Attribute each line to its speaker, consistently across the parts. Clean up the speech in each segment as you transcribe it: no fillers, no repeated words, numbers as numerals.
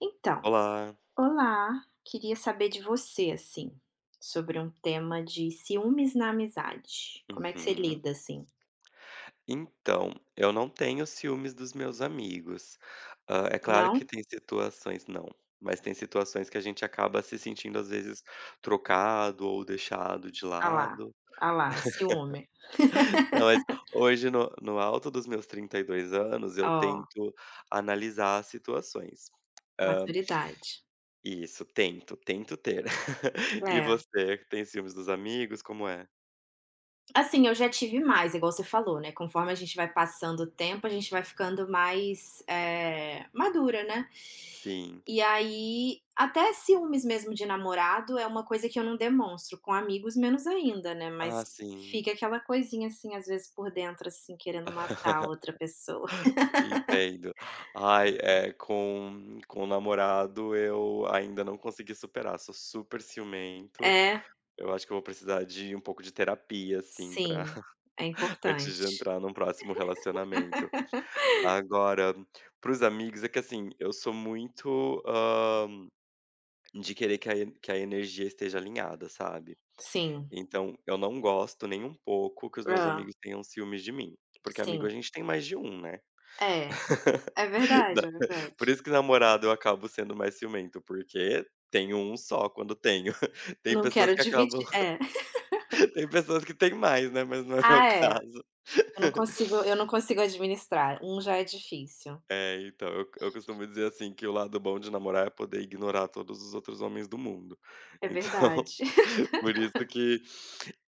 Speaker 1: Então,
Speaker 2: Olá.
Speaker 1: olá, queria saber de você, assim, sobre um tema de ciúmes na amizade. Como é que você
Speaker 2: Uhum.
Speaker 1: lida, assim?
Speaker 2: Então, eu não tenho ciúmes dos meus amigos. É claro
Speaker 1: Não?
Speaker 2: que tem situações, não, mas tem situações que a gente acaba se sentindo, às vezes, trocado ou deixado de
Speaker 1: Ah lá,
Speaker 2: lado.
Speaker 1: ah lá, o ciúme.
Speaker 2: Não, mas hoje no alto dos meus 32 anos, eu
Speaker 1: Ó,
Speaker 2: tento analisar as situações. Hã,
Speaker 1: maturidade.
Speaker 2: isso, tento, tento ter. E
Speaker 1: É.
Speaker 2: você, tem ciúmes dos amigos, como é?
Speaker 1: Assim, eu já tive mais, igual você falou, né? Conforme a gente vai passando o tempo, a gente vai ficando mais, madura, né?
Speaker 2: Sim.
Speaker 1: E aí, até ciúmes mesmo de namorado é uma coisa que eu não demonstro, com amigos menos ainda, né, mas
Speaker 2: Ah, sim.
Speaker 1: fica aquela coisinha, assim, às vezes por dentro, assim, querendo matar a outra pessoa.
Speaker 2: Entendo. Ai, é com o namorado eu ainda não consegui superar, sou super ciumento.
Speaker 1: É,
Speaker 2: Eu acho que eu vou precisar de um pouco de terapia, assim, pra
Speaker 1: sim, é
Speaker 2: antes de
Speaker 1: importante.
Speaker 2: entrar num próximo relacionamento. Agora, para os amigos é que, assim, eu sou muito, hã, de querer que a e que a energia esteja alinhada, sabe.
Speaker 1: Sim.
Speaker 2: Então eu não gosto nem um pouco que os meus
Speaker 1: Ah,
Speaker 2: amigos tenham ciúmes de mim, porque amigo a
Speaker 1: sim.
Speaker 2: gente tem mais de um, né.
Speaker 1: É, é verdade, é verdade.
Speaker 2: Por isso que namorado eu acabo sendo mais ciumento, porque tenho um só quando tenho. Tem
Speaker 1: Não
Speaker 2: pessoas
Speaker 1: quero
Speaker 2: que acabam.
Speaker 1: dividir é.
Speaker 2: Tem pessoas que têm mais, né, mas não é meu
Speaker 1: Ah, é,
Speaker 2: caso.
Speaker 1: eu não consigo eu não consigo administrar, um já é difícil.
Speaker 2: É, então, eu costumo dizer assim que o lado bom de namorar é poder ignorar todos os outros homens do mundo.
Speaker 1: É verdade.
Speaker 2: Então, por isso que,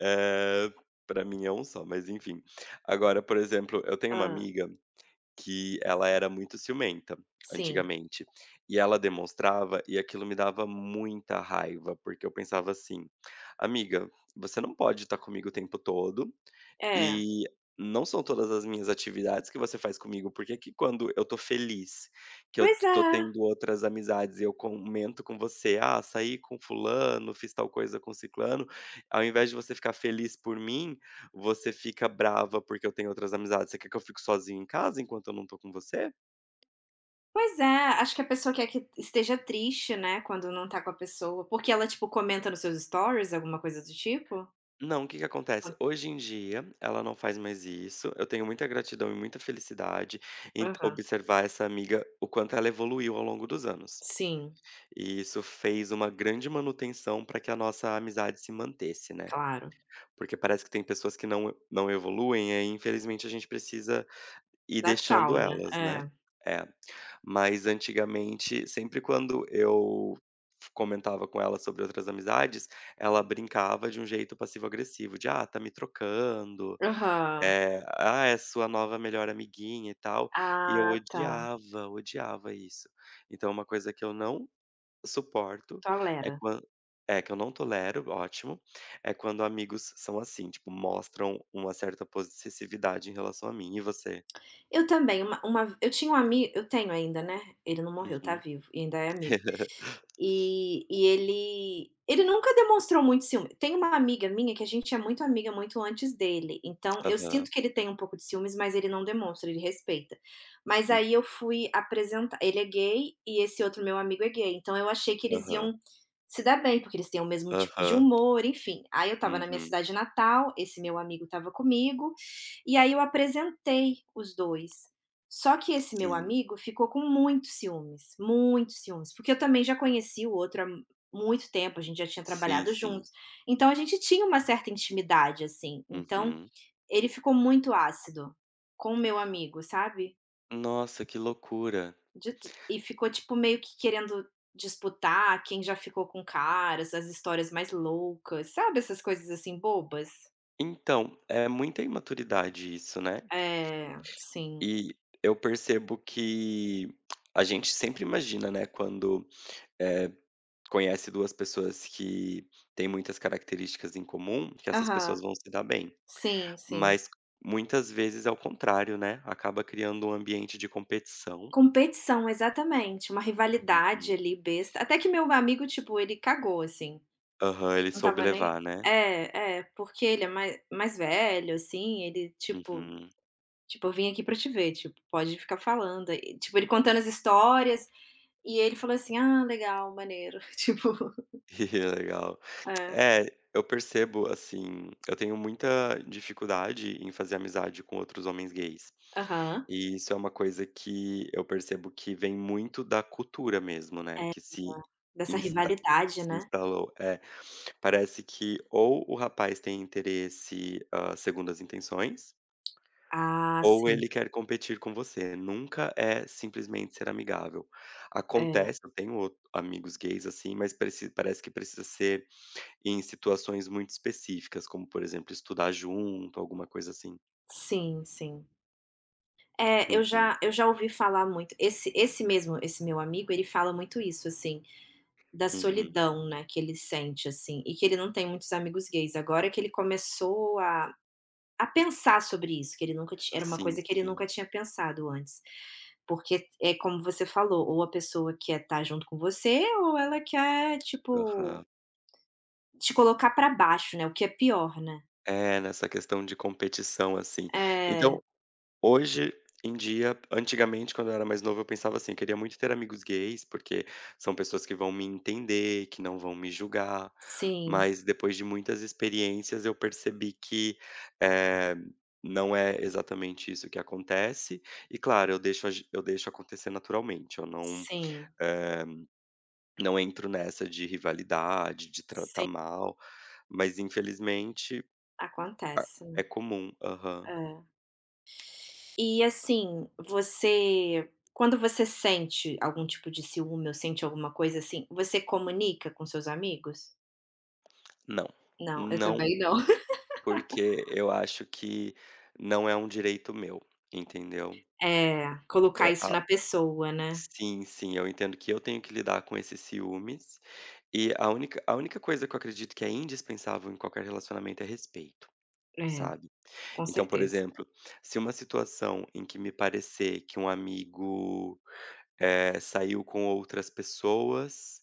Speaker 2: eh, pra mim é um só, mas enfim. Agora, por exemplo, eu tenho uma
Speaker 1: Ah,
Speaker 2: amiga que ela era muito ciumenta,
Speaker 1: sim.
Speaker 2: antigamente, e ela demonstrava, e aquilo me dava muita raiva, porque eu pensava assim: "Amiga, você não pode estar comigo o tempo todo,
Speaker 1: É,
Speaker 2: e não são todas as minhas atividades que você faz comigo, porque que quando eu tô feliz, que eu
Speaker 1: pois
Speaker 2: tô
Speaker 1: é.
Speaker 2: tendo outras amizades e eu comento com você: 'Ah, saí com fulano, fiz tal coisa com ciclano', ao invés de você ficar feliz por mim, você fica brava porque eu tenho outras amizades. Você quer que eu fique sozinho em casa enquanto eu não tô com você?
Speaker 1: Pois é, acho que a pessoa quer que esteja triste, né, quando não tá com a pessoa, porque ela, tipo, comenta nos seus stories, alguma coisa do tipo?
Speaker 2: Não, o que que acontece? Hoje em dia, ela não faz mais isso. Eu tenho muita gratidão e muita felicidade em
Speaker 1: Aham.
Speaker 2: observar essa amiga, o quanto ela evoluiu ao longo dos anos.
Speaker 1: Sim,
Speaker 2: E isso fez uma grande manutenção para que a nossa amizade se mantesse, né?
Speaker 1: claro.
Speaker 2: Porque parece que tem pessoas que não evoluem, e aí, infelizmente, a gente precisa, e
Speaker 1: Dá
Speaker 2: deixando
Speaker 1: tchau, né.
Speaker 2: elas, né.
Speaker 1: É.
Speaker 2: É. Mas antigamente, sempre quando eu f comentava com ela sobre outras amizades, ela brincava de um jeito passivo-agressivo, de: "Ah, tá me trocando",
Speaker 1: Aham.
Speaker 2: "Ah, é sua nova melhor amiguinha e tal", e eu
Speaker 1: Ah, tá.
Speaker 2: odiava, odiava isso. Então uma coisa que eu não suporto é
Speaker 1: Tolera.
Speaker 2: quan é, que eu não tolero, ótimo, é quando amigos são assim, tipo, mostram uma certa possessividade em relação a mim. E você?
Speaker 1: Eu também, uma eu tinha um amigo eu tenho ainda, né, ele não morreu, tá
Speaker 2: Uhum.
Speaker 1: vivo e ainda é amigo. E ele nunca demonstrou muito ciúme. Tem uma amiga minha que a gente é muito amiga, muito antes dele, então eu
Speaker 2: Aham,
Speaker 1: sinto que ele tem um pouco de ciúmes, mas ele não demonstra, ele respeita. Mas
Speaker 2: hum,
Speaker 1: aí eu fui apresentar, ele é gay e esse outro meu amigo é gay, então eu achei que eles
Speaker 2: aham,
Speaker 1: iam se dar bem, porque eles têm o mesmo tipo de
Speaker 2: aham,
Speaker 1: humor, enfim. Aí eu estava na minha
Speaker 2: uhum.
Speaker 1: cidade natal, esse meu amigo estava comigo, e aí eu apresentei os 2. Só que esse meu
Speaker 2: Sim,
Speaker 1: amigo ficou com muitos ciúmes, porque eu também já conheci o outro há muito tempo, a gente já tinha
Speaker 2: sim,
Speaker 1: trabalhado
Speaker 2: sim.
Speaker 1: juntos, então a gente tinha uma certa intimidade, assim, então
Speaker 2: Uhum.
Speaker 1: ele ficou muito ácido com o meu amigo, sabe.
Speaker 2: Nossa, que loucura.
Speaker 1: De e ficou, tipo, meio que querendo disputar quem já ficou com caras, as histórias mais loucas, sabe essas coisas, assim, bobas?
Speaker 2: Então, é muita imaturidade isso, né.
Speaker 1: É, sim.
Speaker 2: E eu percebo que a gente sempre imagina, né, quando, eh, conhece 2 pessoas que têm muitas características em comum, que essas
Speaker 1: Aham.
Speaker 2: pessoas vão se dar bem.
Speaker 1: Sim, sim.
Speaker 2: Mas muitas vezes é o contrário, né, acaba criando um ambiente de competição.
Speaker 1: Competição, exatamente, uma rivalidade
Speaker 2: Uhum.
Speaker 1: ali besta, até que meu amigo, tipo, ele cagou, assim,
Speaker 2: Aham, ele
Speaker 1: não
Speaker 2: soube
Speaker 1: estava nem
Speaker 2: levar, né.
Speaker 1: é, é, porque ele é mais velho, assim, ele, tipo
Speaker 2: Uhum.
Speaker 1: tipo: "Eu vim aqui pra te ver, tipo, pode ficar falando", e, tipo, ele contando as histórias, e ele falou assim: "Ah, legal, maneiro", tipo
Speaker 2: Legal.
Speaker 1: é,
Speaker 2: É, eu percebo, assim, eu tenho muita dificuldade em fazer amizade com outros homens gays.
Speaker 1: aham,
Speaker 2: E isso é uma coisa que eu percebo que vem muito da cultura mesmo, né,
Speaker 1: é,
Speaker 2: que
Speaker 1: dessa
Speaker 2: insta
Speaker 1: rivalidade,
Speaker 2: se
Speaker 1: né.
Speaker 2: instalou. É, parece que ou o rapaz tem interesse, segundo as intenções,
Speaker 1: Ah,
Speaker 2: ou
Speaker 1: sim,
Speaker 2: ele quer competir com você, nunca é simplesmente ser amigável.
Speaker 1: é,
Speaker 2: Acontece, eu tenho o amigos gays, assim, mas preci parece que precisa ser em situações muito específicas, como, por exemplo, estudar junto, alguma coisa assim.
Speaker 1: sim, sim. É, eu
Speaker 2: Uhum,
Speaker 1: já eu já ouvi falar muito esse mesmo, esse meu amigo, ele fala muito isso, assim. Da
Speaker 2: uhum.
Speaker 1: solidão, né, que ele sente, assim, e que ele não tem muitos amigos gays. Agora que ele começou a pensar sobre isso, que ele nunca ti era uma
Speaker 2: Sim,
Speaker 1: coisa que ele nunca
Speaker 2: sim.
Speaker 1: tinha pensado antes. Porque é como você falou, ou a pessoa quer estar junto com você ou ela quer, tipo,
Speaker 2: Aham.
Speaker 1: te colocar pra baixo, né, o que é pior, né.
Speaker 2: É, nessa questão de competição, assim.
Speaker 1: É,
Speaker 2: Então Hoje em dia antigamente, quando eu era mais novo, eu pensava assim: "Queria muito ter amigos gays, porque são pessoas que vão me entender, que não vão me julgar",
Speaker 1: sim,
Speaker 2: mas depois de muitas experiências eu percebi que, eh, não é exatamente isso que acontece. E claro, eu deixo agi eu deixo acontecer naturalmente, eu
Speaker 1: sim,
Speaker 2: eh, não entro nessa de rivalidade, de tratar
Speaker 1: sim,
Speaker 2: mal, mas infelizmente a
Speaker 1: acontece, né.
Speaker 2: é comum. Aham.
Speaker 1: É. E assim, você, quando você sente algum tipo de ciúme ou sente alguma coisa assim, você comunica com seus amigos?
Speaker 2: Não,
Speaker 1: Não, eu
Speaker 2: não.
Speaker 1: também não.
Speaker 2: Porque eu acho que não é um direito meu, entendeu?
Speaker 1: É, colocar
Speaker 2: É
Speaker 1: isso
Speaker 2: a
Speaker 1: na pessoa, né.
Speaker 2: Sim, sim, eu entendo que eu tenho que lidar com esses ciúmes, e a única coisa que eu acredito que é indispensável em qualquer relacionamento é respeito,
Speaker 1: É,
Speaker 2: sabe?
Speaker 1: com
Speaker 2: Então, por
Speaker 1: certeza.
Speaker 2: exemplo, se uma situação em que me parecer que um amigo saiu com outras pessoas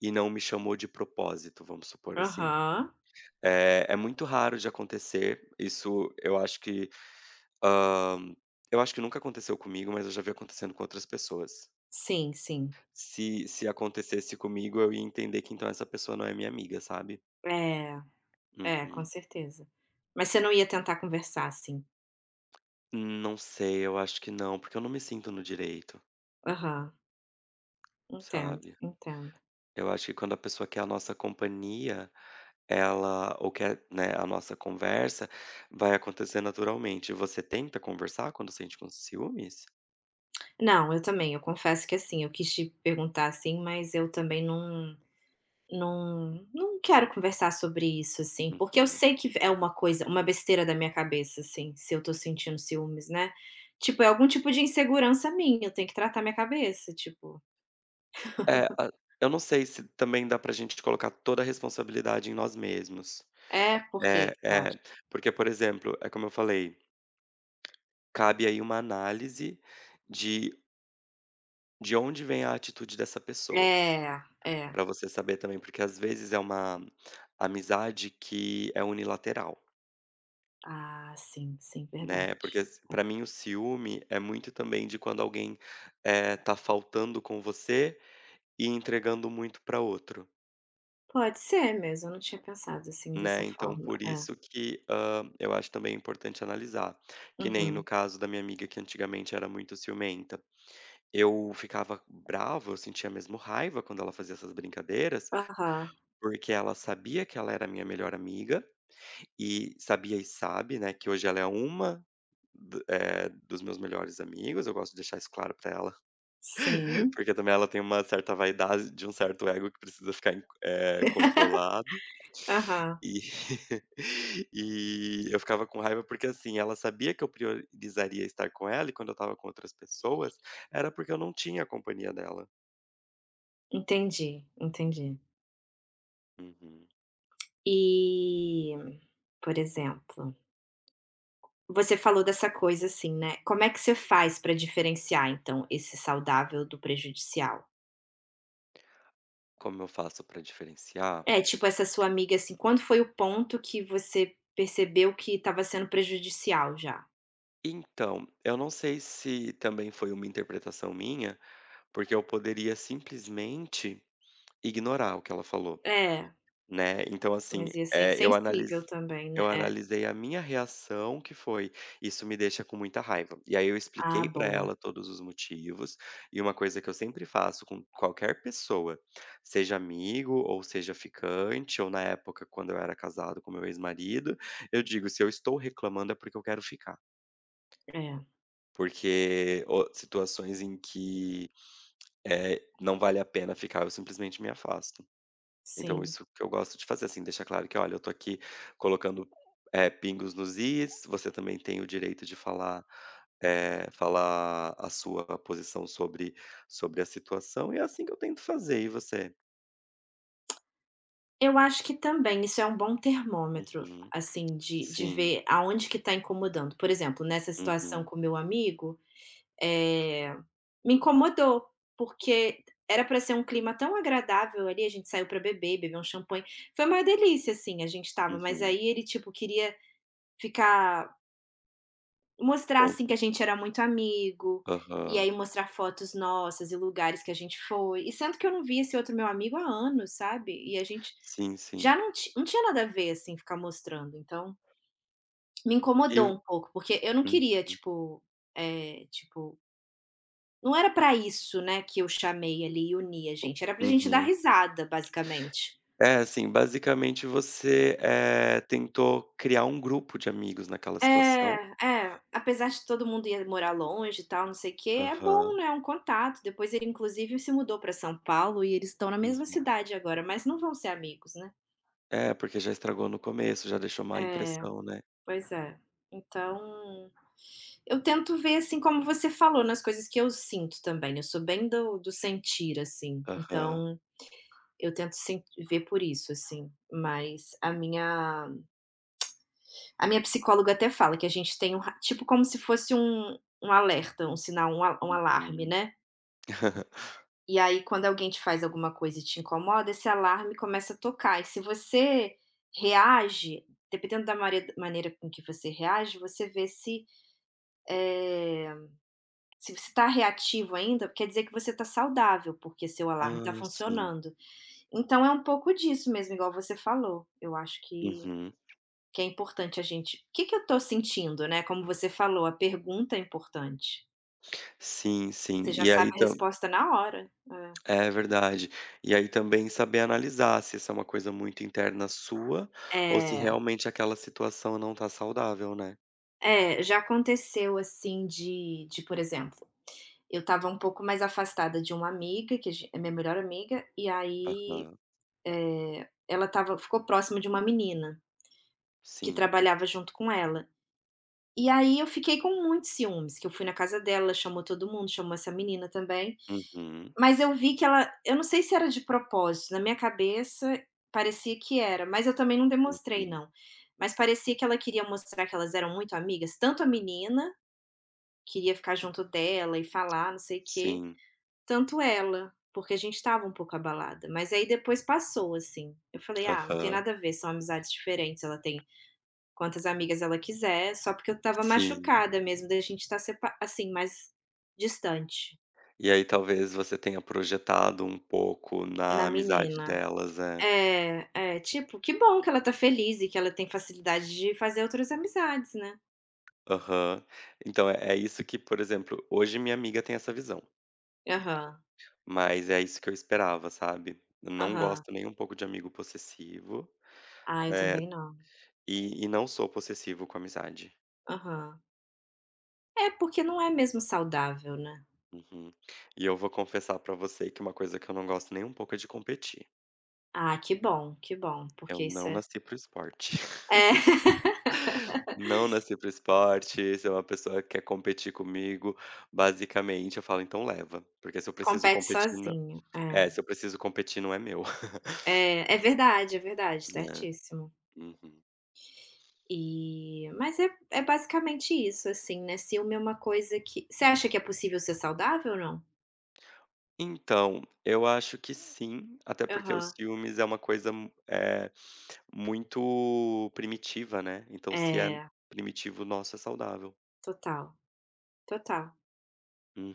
Speaker 2: e não me chamou de propósito, vamos supor assim.
Speaker 1: Aham.
Speaker 2: É muito raro de acontecer, isso eu acho que Hã, eu acho que nunca aconteceu comigo, mas eu já vi acontecendo com outras pessoas.
Speaker 1: Sim, sim.
Speaker 2: Se acontecesse comigo, eu ia entender que então essa pessoa não é minha amiga, sabe.
Speaker 1: É, é, com
Speaker 2: Uhum.
Speaker 1: certeza. Mas você não ia tentar conversar, assim?
Speaker 2: Não sei, eu acho que não, porque eu não me sinto no direito,
Speaker 1: Aham. Entendo,
Speaker 2: sabe.
Speaker 1: entendo.
Speaker 2: Eu acho que quando a pessoa quer a nossa companhia, ela ou quer, né, a nossa conversa, vai acontecer naturalmente. Você tenta conversar quando sente com ciúmes?
Speaker 1: Não, eu também, eu confesso que assim, eu quis te perguntar assim, mas eu também não. Não quero conversar sobre isso, assim, porque eu
Speaker 2: Uhum.
Speaker 1: sei que é uma besteira da minha cabeça, assim, se eu tô sentindo ciúmes, né. Tipo, é algum tipo de insegurança minha, eu tenho que tratar minha cabeça, tipo
Speaker 2: É, a Eu não sei se também dá pra gente colocar toda a responsabilidade em nós mesmos.
Speaker 1: é, por quê
Speaker 2: É,
Speaker 1: que você
Speaker 2: é.
Speaker 1: acha?
Speaker 2: Porque, por exemplo, é como eu falei, cabe aí uma análise de de onde vem a atitude dessa pessoa,
Speaker 1: É, é.
Speaker 2: pra você saber também, porque às vezes é uma amizade que é unilateral,
Speaker 1: Ah, sim, sim,
Speaker 2: né. Porque
Speaker 1: verdade.
Speaker 2: s
Speaker 1: É.
Speaker 2: pra mim o ciúme é muito também de quando alguém tá faltando com você e entregando muito pra outro,
Speaker 1: Pode ser mesmo, eu não tinha pensado assim dessa
Speaker 2: né. Então
Speaker 1: forma.
Speaker 2: por
Speaker 1: É.
Speaker 2: isso que eu acho também importante analisar. Que nem no
Speaker 1: Uhum.
Speaker 2: caso da minha amiga que antigamente era muito ciumenta. Eu ficava bravo, eu sentia mesmo raiva quando ela fazia essas brincadeiras,
Speaker 1: Aham.
Speaker 2: porque ela sabia que ela era minha melhor amiga e sabia e sabe, né, que hoje ela é uma dos meus melhores amigos, eu gosto de deixar isso claro pra ela,
Speaker 1: Sim.
Speaker 2: porque também ela tem uma certa vaidade de um certo ego que precisa ficar controlado
Speaker 1: Aham.
Speaker 2: e e eu ficava com raiva porque, assim, ela sabia que eu priorizaria estar com ela e quando eu estava com outras pessoas, era porque eu não tinha a companhia dela.
Speaker 1: Entendi, entendi.
Speaker 2: Uhum.
Speaker 1: E, por exemplo, você falou dessa coisa assim, né, como é que você faz pra diferenciar então esse saudável do prejudicial?
Speaker 2: Como eu faço para diferenciar?
Speaker 1: É, tipo essa sua amiga, assim, quando foi o ponto que você percebeu que estava sendo prejudicial já?
Speaker 2: Então, eu não sei se também foi uma interpretação minha, porque eu poderia simplesmente ignorar o que ela falou.
Speaker 1: É,
Speaker 2: Né, então assim,
Speaker 1: mas ia ser
Speaker 2: eh, eu analis
Speaker 1: insensível também, né?
Speaker 2: eu
Speaker 1: É.
Speaker 2: analisei a minha reação que foi: "Isso me deixa com muita raiva". E aí eu
Speaker 1: Ah,
Speaker 2: expliquei pra
Speaker 1: boa.
Speaker 2: ela todos os motivos, e uma coisa que eu sempre faço com qualquer pessoa, seja amigo ou seja ficante, ou na época quando eu era casado com meu ex-marido, eu digo: "Se eu estou reclamando é porque eu quero ficar".
Speaker 1: É,
Speaker 2: Porque o situações em que não vale a pena ficar, eu simplesmente me afasto. Então
Speaker 1: sim.
Speaker 2: isso que eu gosto de fazer, assim, deixar claro que: "Olha, eu tô aqui colocando pingos nos is, você também tem o direito de falar, falar a sua posição sobre sobre a situação", e é assim que eu tento fazer. E você?
Speaker 1: Eu acho que também isso é um bom termômetro,
Speaker 2: Uhum.
Speaker 1: assim, de
Speaker 2: Sim.
Speaker 1: ver aonde que tá incomodando. Por exemplo, nessa situação
Speaker 2: Uhum.
Speaker 1: com o meu amigo, eh, me incomodou, porque era para ser um clima tão agradável ali, a gente saiu para beber, bebeu um champanhe, foi uma delícia, assim, a gente estava, mas
Speaker 2: Uhum.
Speaker 1: aí ele, tipo, queria ficar, mostrar,
Speaker 2: Com
Speaker 1: assim, que a gente era muito amigo, e
Speaker 2: aham.
Speaker 1: aí mostrar fotos nossas e lugares que a gente foi, e sendo que eu não vi esse outro meu amigo há anos, sabe, e a gente
Speaker 2: Sim,
Speaker 1: já
Speaker 2: sim.
Speaker 1: não ti não tinha nada a ver, assim, ficar mostrando, então me incomodou
Speaker 2: E
Speaker 1: um pouco, porque eu não
Speaker 2: uhum.
Speaker 1: queria, tipo, tipo, não era pra isso, né, que eu chamei ali e uni a gente, era pra gente dar
Speaker 2: Uhum.
Speaker 1: risada, basicamente.
Speaker 2: É, assim, basicamente você tentou criar um grupo de amigos naquela situação.
Speaker 1: É, é, apesar de todo mundo ia morar longe e tal, não sei o quê, é bom,
Speaker 2: Aham.
Speaker 1: né, um contato. Depois ele inclusive se mudou pra São Paulo e eles estão na mesma
Speaker 2: Uhum.
Speaker 1: cidade agora, mas não vão ser amigos, né.
Speaker 2: É, porque já estragou no começo, já deixou má
Speaker 1: É,
Speaker 2: impressão, né.
Speaker 1: pois é. Então, eu tento ver, assim, como você falou, nas coisas que eu sinto também, eu sou bem do sentir, assim,
Speaker 2: Aham.
Speaker 1: então eu tento sen ver por isso, assim, mas A minha psicóloga até fala que a gente tem um ra tipo como se fosse um alerta, um sinal, um a um alarme,
Speaker 2: Uhum.
Speaker 1: né. E aí quando alguém te faz alguma coisa e te incomoda, esse alarme começa a tocar e se você reage, dependendo da mare maneira com que você reage, você vê eh, se você está reativo ainda, quer dizer que você está saudável, porque seu alarme está
Speaker 2: Ai, sim.
Speaker 1: funcionando. Então é um pouco disso mesmo, igual você falou. Eu acho que
Speaker 2: Uhum.
Speaker 1: Que é importante a gente, o que que eu estou sentindo, né, como você falou, a pergunta é importante.
Speaker 2: Sim, sim.
Speaker 1: Você já
Speaker 2: E
Speaker 1: sabe
Speaker 2: aí
Speaker 1: a
Speaker 2: tam
Speaker 1: resposta na hora.
Speaker 2: é verdade. E aí também saber analisar se isso é uma coisa muito interna sua ou se
Speaker 1: É. É,
Speaker 2: realmente aquela situação não tá saudável, né.
Speaker 1: é, já aconteceu assim de, por exemplo, eu estava um pouco mais afastada de uma amiga que a gen é minha melhor amiga, e aí,
Speaker 2: Aham.
Speaker 1: ela estava ficou próxima de uma menina que
Speaker 2: Sim.
Speaker 1: trabalhava junto com ela. E aí eu fiquei com muitos ciúmes, que eu fui na casa dela, chamou todo mundo, chamou essa menina também.
Speaker 2: Uhum.
Speaker 1: Mas eu vi que ela, eu não sei se era de propósito, na minha cabeça parecia que era, mas eu também não
Speaker 2: Hum.
Speaker 1: demonstrei não. Mas parecia que ela queria mostrar que elas eram muito amigas, tanto a menina queria ficar junto dela e falar não sei o quê,
Speaker 2: Sim.
Speaker 1: tanto ela, porque a gente estava um pouco abalada, mas aí depois passou, assim. Eu falei: "Ah, não tem
Speaker 2: Aham.
Speaker 1: nada a ver, são amizades diferentes, ela tem quantas amigas ela quiser", só porque eu estava
Speaker 2: Sim.
Speaker 1: machucada mesmo da gente estar sepa assim, mais distante,
Speaker 2: E aí talvez você tenha projetado um pouco na
Speaker 1: na
Speaker 2: amizade
Speaker 1: menina.
Speaker 2: delas, é.
Speaker 1: É, é, tipo, que bom que ela tá feliz e que ela tem facilidade de fazer outras amizades, né.
Speaker 2: Aham. Então é isso que, por exemplo, hoje minha amiga tem essa visão,
Speaker 1: Aham,
Speaker 2: mas é isso que eu esperava, sabe. Eu não
Speaker 1: aham.
Speaker 2: gosto nem um pouco de amigo possessivo,
Speaker 1: Ah, eu
Speaker 2: eh,
Speaker 1: também não.
Speaker 2: e não sou possessivo com amizade.
Speaker 1: Aham. É, porque não é mesmo saudável, né.
Speaker 2: Uhum. E eu vou confessar pra você que uma coisa que eu não gosto nem um pouco é de competir.
Speaker 1: Ah, que bom,
Speaker 2: Eu
Speaker 1: porque isso
Speaker 2: não
Speaker 1: é
Speaker 2: nasci para esporte.
Speaker 1: é.
Speaker 2: Não nasci para esporte, se uma pessoa quer competir comigo, basicamente eu falo: "Então leva", porque
Speaker 1: Compete sozinho, é.
Speaker 2: se eu preciso competir não é meu.
Speaker 1: É, é verdade,
Speaker 2: É.
Speaker 1: certíssimo.
Speaker 2: Uhum.
Speaker 1: E mas é basicamente isso, assim, né, ciúme é uma coisa que você acha que é possível ser saudável ou não?
Speaker 2: Então, eu acho que sim, até porque os
Speaker 1: Aham.
Speaker 2: ciúmes é uma coisa, muito primitiva, né, então se é
Speaker 1: É,
Speaker 2: primitivo, nosso é saudável.
Speaker 1: total, total.